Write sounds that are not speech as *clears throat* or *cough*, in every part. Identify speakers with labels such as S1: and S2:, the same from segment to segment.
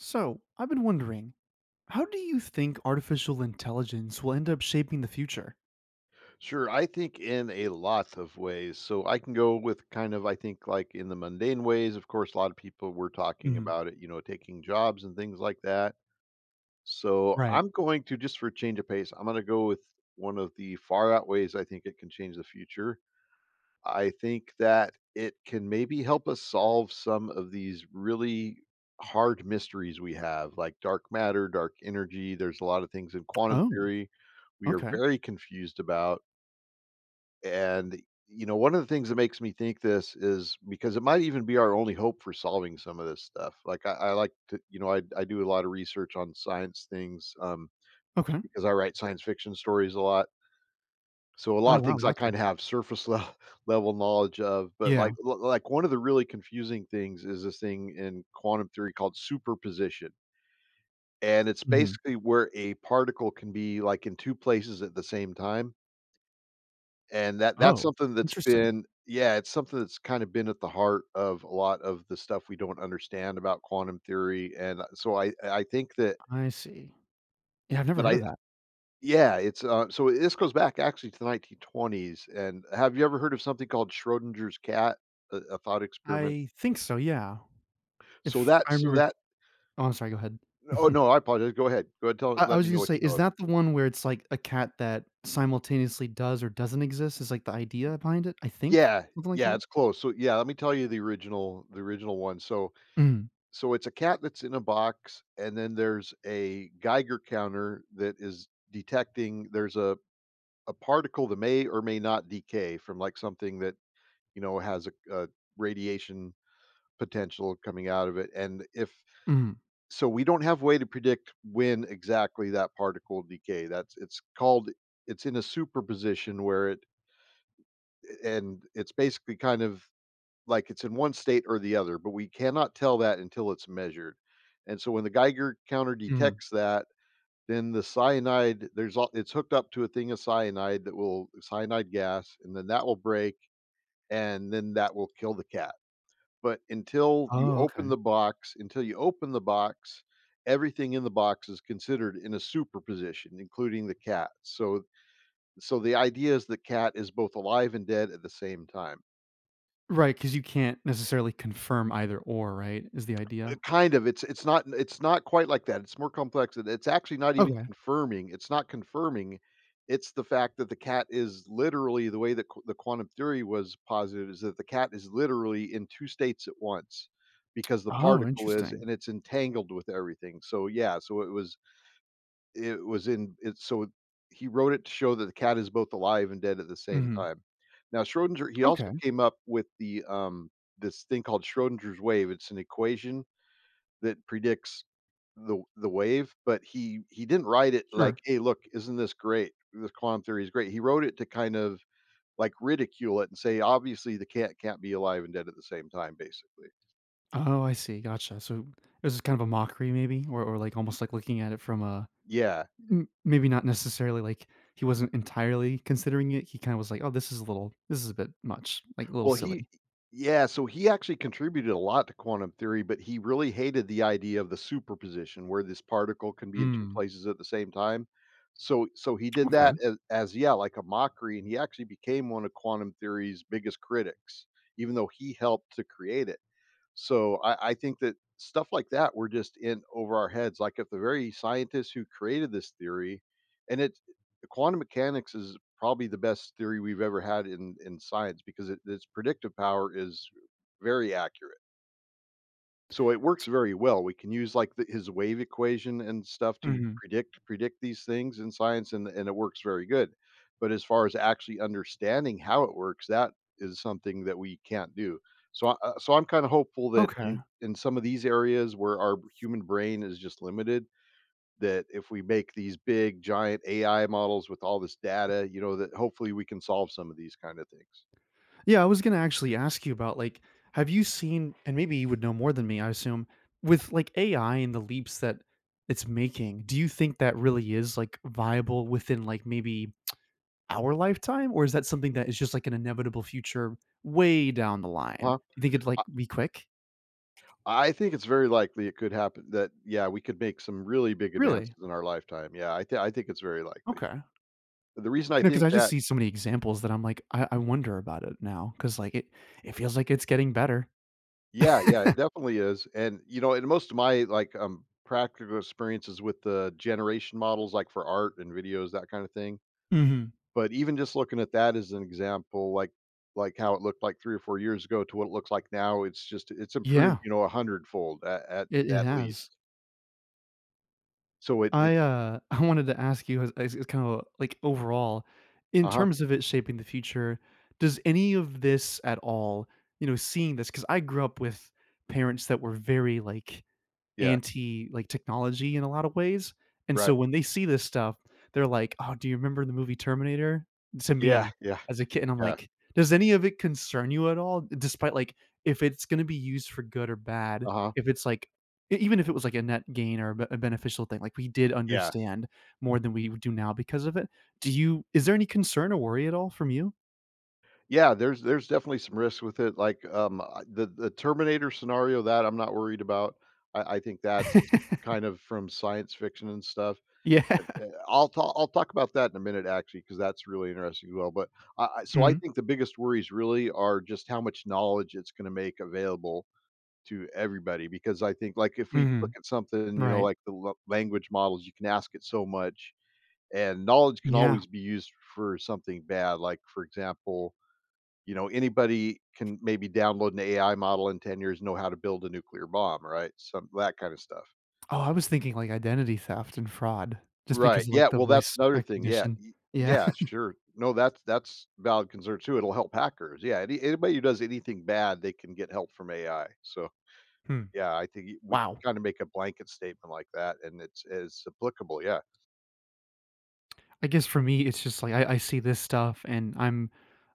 S1: So, I've been wondering, how do you think artificial intelligence will end up shaping the future?
S2: Sure, I think in a lot of ways. So I can go with kind of, I think, like in the mundane ways. Of course, a lot of people were talking
S1: Hmm.
S2: about it, you know, taking jobs and things like that. So
S1: Right.
S2: I'm going to, just for a change of pace, I'm going to go with one of the far out ways I think it can change the future. I think that it can maybe help us solve some of these really hard mysteries we have, like dark matter, dark energy. There's a lot of things in quantum
S1: Oh,
S2: theory we are
S1: okay.
S2: very confused about, and, you know, one of the things that makes me think this is because it might even be our only hope for solving some of this stuff. Like I like to, you know, I do a lot of research on science things
S1: Okay.
S2: because I write science fiction stories a lot. So a lot
S1: Oh,
S2: of
S1: wow.
S2: things I kind
S1: Gotcha.
S2: of have surface level, *laughs* level knowledge of, but
S1: Yeah.
S2: like one of the really confusing things is this thing in quantum theory called superposition, and it's
S1: Hmm.
S2: basically where a particle can be like in two places at the same time. And that's
S1: Oh,
S2: something that's
S1: interesting.
S2: been, yeah, it's something that's kind of been at the heart of a lot of the stuff we don't understand about quantum theory, and so I think that,
S1: I see. Yeah, I've never
S2: but
S1: heard
S2: I,
S1: of that.
S2: yeah, it's, so this goes back actually to the 1920s, and have you ever heard of something called Schrodinger's cat? A thought experiment?
S1: I think so. Yeah.
S2: So
S1: If
S2: that
S1: I
S2: so
S1: remember.
S2: that
S1: Oh, I'm sorry. Go ahead.
S2: oh,
S1: *laughs*
S2: no, I apologize, go ahead. Go ahead, tell
S1: I
S2: let me
S1: was
S2: know
S1: going to
S2: what
S1: say,
S2: you know
S1: is
S2: of.
S1: that the one where it's like a cat that simultaneously does or doesn't exist? Is like the idea behind it? I think
S2: Yeah,
S1: something like
S2: yeah,
S1: that.
S2: it's close. So, yeah, let me tell you the original one. So
S1: Mm-hmm.
S2: so it's a cat that's in a box, and then there's a Geiger counter that is detecting there's a particle that may or may not decay from like something that, you know, has a radiation potential coming out of it. And if
S1: Mm.
S2: so, we don't have way to predict when exactly that particle decay. That's, it's called, it's in a superposition where it, and it's basically kind of like it's in one state or the other, but we cannot tell that until it's measured. And so when the Geiger counter
S1: Mm.
S2: detects that, then the cyanide, there's all, it's hooked up to a thing of cyanide that will cyanide gas, and then that will break, and then that will kill the cat. But
S1: Oh, okay.
S2: until you open the box, everything in the box is considered in a superposition, including the cat. So so the idea is the cat is both alive and dead at the same time.
S1: Right, because you can't necessarily confirm either or, right, is the idea?
S2: Kind of, it's not quite like that, it's more complex, and it's actually not even
S1: Okay.
S2: confirming, it's not confirming, it's the fact that the cat is literally the way that qu the quantum theory was posited is that the cat is literally in two states at once because the
S1: Oh,
S2: particle is,
S1: interesting.
S2: and it's entangled with everything, so, yeah, so it was, it was in it, so he wrote it to show that the cat is both alive and dead at the same
S1: Mhm.
S2: time. Now Schrodinger, he also
S1: Okay,
S2: came up with the, this thing called Schrodinger's wave, it's an equation that predicts the wave, but he didn't write it like,
S1: sure.
S2: "Hey, look, isn't this great? This quantum theory is great." He wrote it to kind of like ridicule it and say, "Obviously, the cat can't be alive and dead at the same time," basically.
S1: Oh, I see, gotcha, so it was just kind of a mockery maybe or, like, almost, like, looking at it from a
S2: Yeah.
S1: m maybe not necessarily, like, he wasn't entirely considering it, he kinda was like, "Oh, this is a bit much, like, a little
S2: Well, he,
S1: silly."
S2: yeah, so he actually contributed a lot to quantum theory, but he really hated the idea of the superposition where this particle can be in two
S1: Mm,
S2: places at the same time. So so he did
S1: okay.
S2: that as, yeah, like a mockery, and he actually became one of quantum theory's biggest critics even though he helped to create it. So I think that stuff like that we're just in over our heads. Like if the very scientists who created this theory, and it, quantum mechanics is probably the best theory we've ever had in science because it, its predictive power is very accurate. So it works very well. We can use like the, his wave equation and stuff to
S1: Mhm.
S2: predict these things in science, and it works very good. But as far as actually understanding how it works, that is something that we can't do. So so I'm kind of hopeful that
S1: Okay.
S2: in some of these areas where our human brain is just limited, that if we make these big giant AI models with all this data, you know, that hopefully we can solve some of these kind of things.
S1: Yeah, I was gonna actually ask you about like, have you seen, and maybe you would know more than me, I assume, with like AI and the leaps that it's making, do you think that really is like viable within like maybe our lifetime? Or is that something that is just like an inevitable future way down the line?
S2: Huh?
S1: You think it'd like be quick?
S2: I think it's very likely it could happen that yeah, we could make some really big advances
S1: Really?
S2: in our lifetime. Yeah, I think it's very likely.
S1: Okay.
S2: The reason I
S1: You know, because
S2: think
S1: I just
S2: that,
S1: see so many examples that I'm like, I wonder about it now. Cause like it feels like it's getting better. *laughs*
S2: yeah, yeah, it definitely is. And you know, in most of my like practical experiences with the generation models like for art and videos, that kind of thing.
S1: Hmm.
S2: But even just looking at that as an example like how it looked like three or four years ago to what it looks like now, it's just it's improved,
S1: Yeah,
S2: you know, a hundredfold at
S1: it
S2: at
S1: has.
S2: least. So it,
S1: *laughs* I wanted to ask you as kind of like overall, in
S2: uh-huh.
S1: terms of it shaping the future, does any of this at all, seeing this? Because I grew up with parents that were very, like,
S2: Yeah.
S1: anti, like, technology in a lot of ways, and so
S2: Right.
S1: when they see this stuff, they're like, "Oh, do you remember the movie Terminator?" To
S2: Yeah,
S1: me,
S2: yeah,
S1: as a kid, and I'm
S2: yeah.
S1: like, "Does any of it concern you at all?" Despite, like, if it's gonna be used for good or bad,
S2: Uh-huh.
S1: if it's like e even if it was like a net gain or a beneficial thing, like, we did
S2: Yeah.
S1: understand more than we do now because of it. Do you is there any concern or worry at all from you?
S2: Yeah, there's definitely some risks with it, like, I, the Terminator scenario, that I'm not worried about. I think that's
S1: *laughs*
S2: kind of from science fiction and stuff.
S1: Yeah.
S2: Eh, I'll talk about that in a minute actually, because that's really interesting as well, but I so I
S1: Mhm.
S2: think the biggest worries really are just how much knowledge it's gonna make available to everybody, because I think, like, if we look
S1: Mhm.
S2: at something, you know,
S1: Right.
S2: like the la language models, you can ask it so much, and knowledge can
S1: Yeah.
S2: always be used for something bad, like, for example, you know, anybody can maybe download an AI model in 10 years, know how to build a nuclear bomb, right? Some that kind of stuff.
S1: Oh, I was thinking, like, identity theft and fraud just because,
S2: Right.
S1: of
S2: Yeah.
S1: like, the
S2: Well, that's
S1: voice
S2: another thing. Yeah.
S1: recognition. Yeah.
S2: Yeah.
S1: *laughs*
S2: Sure. No, that's valid concern too. It'll help hackers. Yeah. Anybody who does anything bad, they can get help from AI. So
S1: Hmm.
S2: yeah, I think we can
S1: Wow.
S2: kind of make a blanket statement like that, and it's applicable. Yeah.
S1: I guess for me, it's just like I see this stuff and I'm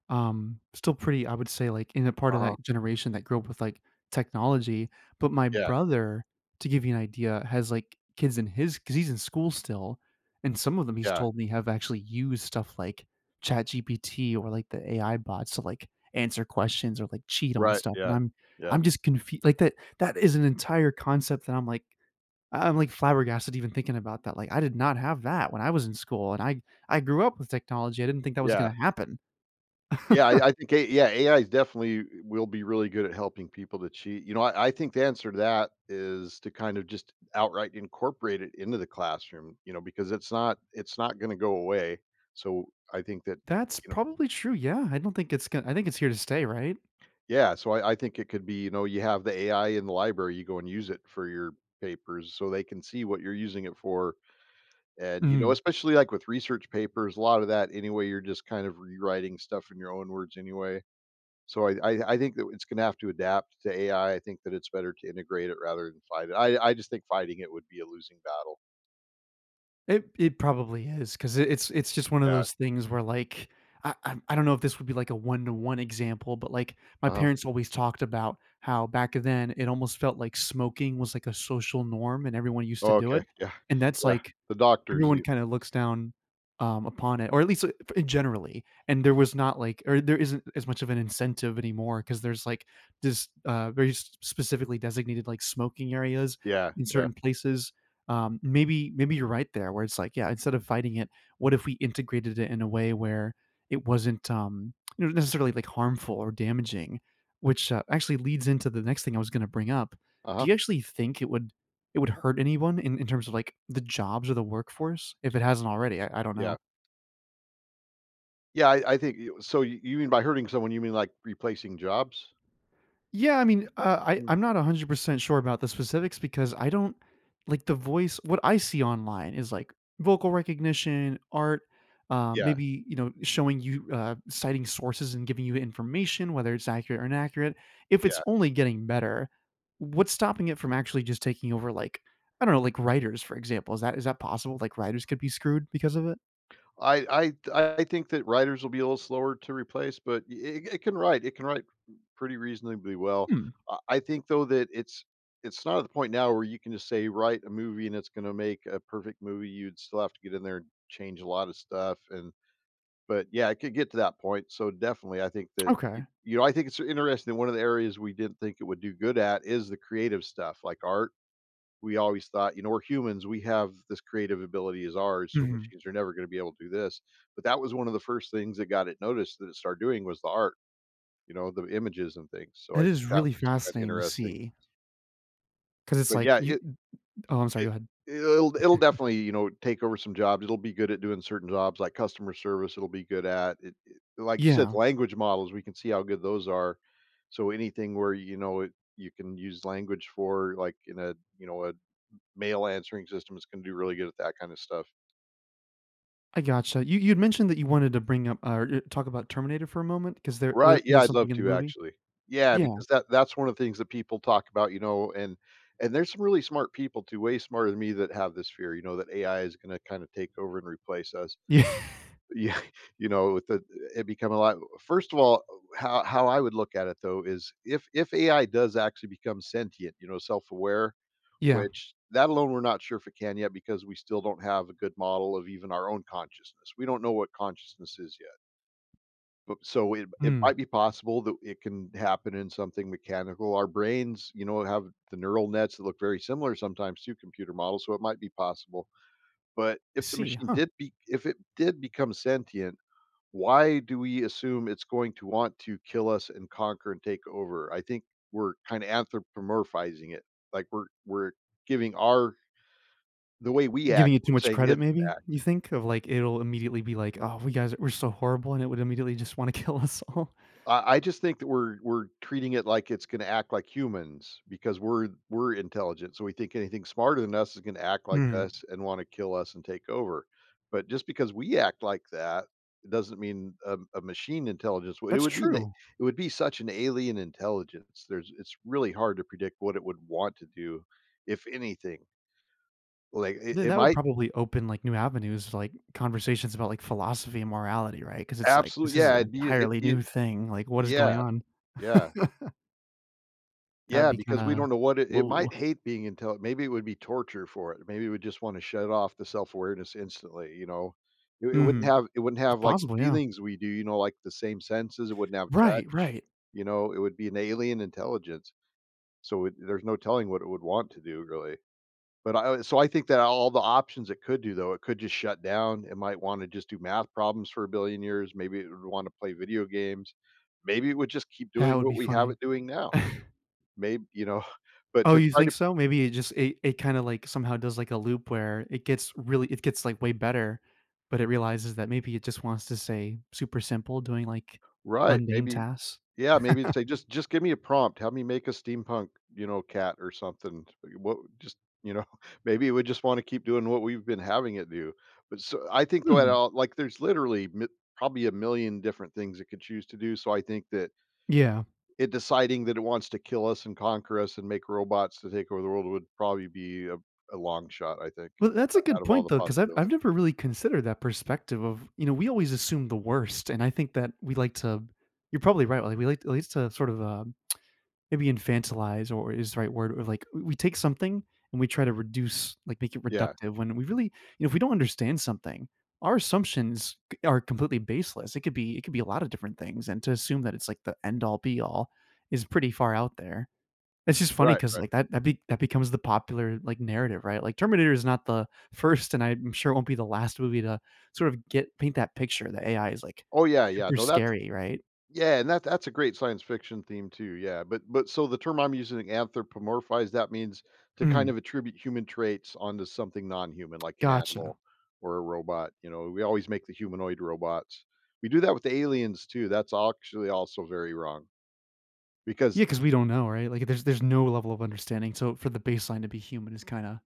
S1: still pretty, I would say, like in a
S2: Uh
S1: part of
S2: huh.
S1: that generation that grew up with like technology. But my
S2: Yeah.
S1: brother, to give you an idea, has like kids in his because he's in school still, and some of them he's
S2: Yeah.
S1: told me have actually used stuff like Chat GPT or like the AI bots to like answer questions or like cheat on
S2: Right.
S1: stuff. And
S2: Yeah.
S1: I'm
S2: Yeah.
S1: I'm just confused like that is an entire concept that I'm like I'm, like, flabbergasted even thinking about that, like, I did not have that when I was in school, and I grew up with technology, I didn't think that was
S2: Yeah.
S1: gonna happen.
S2: Yeah,
S1: *laughs*
S2: I think A yeah, AI is definitely will be really good at helping people to cheat. You know, I think the answer to that is to kind of just outright incorporate it into the classroom, you know, because it's not gonna go away. So, I think that,
S1: That's
S2: you know,
S1: probably true, yeah, I don't think it's gonna. I think it's here to stay, right?
S2: yeah, so I think it could be, you know, you have the AI in the library, you go and use it for your papers so they can see what you're using it for. And, you know,
S1: Mhm.
S2: especially, like, with research papers, a lot of that anyway, you're just kind of rewriting stuff in your own words anyway. So I think that it's gonna have to adapt to AI. I think that it's better to integrate it rather than fight it. I just think fighting it would be a losing battle.
S1: It probably is because it's just one of
S2: Yeah.
S1: those things where, like, I don't know if this would be, like, a one-to-one example, but, like, my
S2: Uh-huh.
S1: parents always talked about how back then it almost felt like smoking was, like, a social norm and everyone used to
S2: Oh,
S1: do
S2: okay.
S1: it,
S2: Yeah.
S1: and that's,
S2: Yeah.
S1: like
S2: The doctors
S1: everyone
S2: even.
S1: kind of looks down, upon it, or at least, f generally, and there was not like or there isn't as much of an incentive anymore because there's, like, this, very s specifically designated, like, smoking areas
S2: Yeah,
S1: in
S2: yeah.
S1: certain places. Maybe you're right there where it's like, yeah, instead of fighting it, what if we integrated it in a way where it wasn't, necessarily, like, harmful or damaging, which, actually leads into the next thing I was gonna bring up. Do
S2: Uh-huh.
S1: you actually think it would hurt anyone in terms of like the jobs or the workforce if it hasn't already. I don't
S2: Yeah.
S1: know.
S2: Yeah, I think you, so you mean by hurting someone, you mean like replacing jobs?
S1: Yeah, I mean, I
S2: Mm.
S1: I'm not 100% sure about the specifics because I don't like the voice what I see online is like vocal recognition, art,
S2: Yeah,
S1: maybe, showing you citing sources and giving you information whether it's accurate or inaccurate. If it's
S2: yeah.
S1: only getting better, what's stopping it from actually just taking over like I don't know, like writers, for example. Is that possible? Like writers could be screwed because of it?
S2: I think that writers will be a little slower to replace, but it can write. It can write pretty reasonably well.
S1: Hmm.
S2: I think though that it's not at the point now where you can just say write a movie and it's going to make a perfect movie. You'd still have to get in there and change a lot of stuff. And but yeah, it could get to that point. So definitely, I think that you,
S1: Okay.
S2: you know, I think it's interesting. One of the areas we didn't think it would do good at is the creative stuff like art, we always thought, you know, we're humans, we have this creative ability is ours, so
S1: Mhm.
S2: machines are never going to be able to do this. But that was one of the first things that got it noticed that it started doing was the art, you know, the images and things. So I
S1: It
S2: think
S1: is
S2: that
S1: really
S2: was kind of
S1: fascinating to
S2: interesting.
S1: see, because it's
S2: But
S1: like
S2: yeah,
S1: you—
S2: it
S1: oh, I'm sorry,
S2: it
S1: go ahead.
S2: it'll it'll definitely, you know, take over some jobs. It'll be good at doing certain jobs like customer service, it'll be good at it, like you said,
S1: Yeah,
S2: language models, we can see how good those are. So anything where, you know, you can use language for like in a, you know, a mail answering systems can do really good at that kind of stuff.
S1: I gotcha. You'd mentioned that you wanted to bring up or, talk about Terminator for a moment, because there wa was
S2: Right, yeah,
S1: there
S2: I'd
S1: something
S2: love
S1: in the
S2: to
S1: movie?
S2: actually. Yeah,
S1: Yeah.
S2: because that's one of the things that people talk about, you know, and there's some really smart people too, way smarter than me that have this fear, you know, that AI is going to kind of take over and replace us.
S1: Yeah. *laughs*
S2: Yeah, *laughs* you know, with the it become a lot. First of all, how I would look at it though is if AI does actually become sentient, you know, self-aware,
S1: Yeah.
S2: which that alone we're not sure if it can yet because we still don't have a good model of even our own consciousness. We don't know what consciousness is yet. But so it
S1: Mm,
S2: might be possible that it can happen in something mechanical. Our brains, you know, have the neural nets that look very similar sometimes to computer models, so it might be possible. But
S1: I
S2: if the
S1: see,
S2: machine
S1: huh.
S2: did be if it did become sentient, why do we assume it's going to want to kill us and conquer and take over? I think we're kind of anthropomorphizing it. Like we're giving our the way we
S1: Giving
S2: act,
S1: it too
S2: we're
S1: much
S2: saying
S1: credit
S2: it's going to
S1: maybe,
S2: act.
S1: you think? Of, like, it'll immediately be like, "Oh, we're so horrible," and it would immediately just wanna *laughs* kill us all.
S2: I just think that we're treating it like it's gonna act like humans because we're intelligent, so we think anything smarter than us is gonna act like
S1: Mm,
S2: us and wanna kill us and take over. But just because we act like that, it doesn't mean a machine intelligence would. It
S1: that's
S2: would be an it
S1: true.
S2: would be such an alien intelligence. There's it's really hard to predict what it would want to do, if anything. Like, it
S1: Th
S2: it
S1: that would
S2: might
S1: probably open, like, new avenues, like, conversations about, like, philosophy and morality, right? Because it's like, this
S2: absolutely
S1: is
S2: yeah,
S1: an
S2: it'd be it'd
S1: entirely
S2: be
S1: new thing, like, what is going
S2: yeah,
S1: on?
S2: yeah.
S1: That would
S2: Yeah,
S1: be
S2: because we
S1: kinda
S2: don't know what it might
S1: whoa.
S2: hate being intelligent. Maybe it would be torture for it. Maybe it would just wanna shut off the self-awareness instantly, you know? It wouldn't
S1: Mhm.
S2: have
S1: It's
S2: like, the
S1: possible, yeah.
S2: feelings we do, you know, like, the same senses, it wouldn't have
S1: Right,
S2: touch,
S1: right.
S2: you know? It would be an alien intelligence, so it there's no telling what it would want to do, really. But I so I think that all the options it could do, though, it could just shut down, it might wanna just do math problems for a billion years, maybe it would wanna play video games, maybe it would just keep
S1: That
S2: doing
S1: would
S2: what
S1: be
S2: we have
S1: funny.
S2: it doing
S1: *laughs*
S2: now. Maybe you know, *laughs* but
S1: Oh,
S2: to
S1: you
S2: try to
S1: think
S2: *laughs*
S1: so? Maybe it kinda, like, somehow does, like, a loop where it gets, like, way better, but it realizes that maybe it just wants to say super simple doing, like,
S2: Right,
S1: mundane
S2: maybe
S1: tasks.
S2: yeah, maybe say, just give me a prompt, have me make a steampunk, you know, cat or something." Like, what just you know, *laughs* maybe it would just wanna keep doing what we've been having it do. But so I think that
S1: Hmm,
S2: all like, there's literally mi probably a million different things it could choose to do, so I think that
S1: yeah.
S2: it deciding that it wants to kill us and conquer us and make robots to take over the world would probably be a long shot, I think,
S1: Well, that's a
S2: out
S1: good
S2: of all the
S1: point, though, because I 'cause I've
S2: possibilities.
S1: never really considered that perspective of you know, we always assume the worst, and I think that we like to you're probably right, like, we like at least to sort of, maybe infantilize or is the right word, or like we take something and we try to reduce, like make it
S2: Yeah.
S1: reductive when we really, if we don't understand something, our assumptions are completely baseless. It could be a lot of different things, and to assume that it's like the end all be all is pretty far out there. It's just funny
S2: Right,
S1: because
S2: right.
S1: like that becomes the popular like narrative, right? Like Terminator is not the first, and I'm sure it won't be the last movie to sort of get paint that picture that AI is like
S2: Oh, yeah, yeah.
S1: super
S2: No, that's
S1: scary, right? *clears throat*
S2: yeah, and that's a great science fiction theme too. Yeah, but so the term I'm using, anthropomorphize, that means to kind
S1: Mm,
S2: of attribute human traits onto something non-human, like an
S1: gotcha.
S2: animal or a robot. You know, we always make the humanoid robots. We do that with the aliens too. That's actually also very wrong because
S1: Yeah, because we don't know, right? Like, there's no level of understanding, so for the baseline to be human is kinda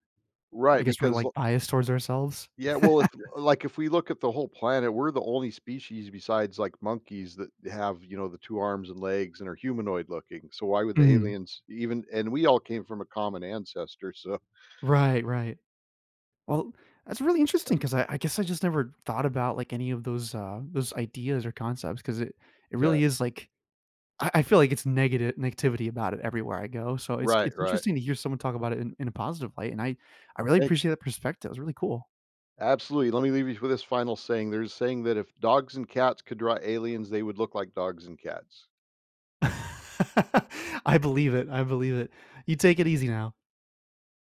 S1: I
S2: right
S1: guess we're,
S2: because
S1: like, biased towards ourselves?
S2: yeah, well, if like, if we look at the whole planet, we're the only species besides, like, monkeys that have, you know, the 2 arms and legs and are humanoid looking, so why would the
S1: Mhm.
S2: aliens even and we all came from a common ancestor, so
S1: Right, right. Well, that's really interesting 'cause I guess I just never thought about, like, any of those ideas or concepts because it
S2: yeah.
S1: really is, like I feel like it's negative negativity about it everywhere I go, so it's
S2: Right,
S1: it's
S2: right.
S1: interesting to hear someone talk about it in a positive light, and I really
S2: Hey
S1: appreciate that perspective, it's really cool.
S2: absolutely, let me leave you with this final saying, there's a saying that if dogs and cats could draw aliens, they would look like dogs and cats.
S1: *laughs* I believe it, I believe it. You take it easy now.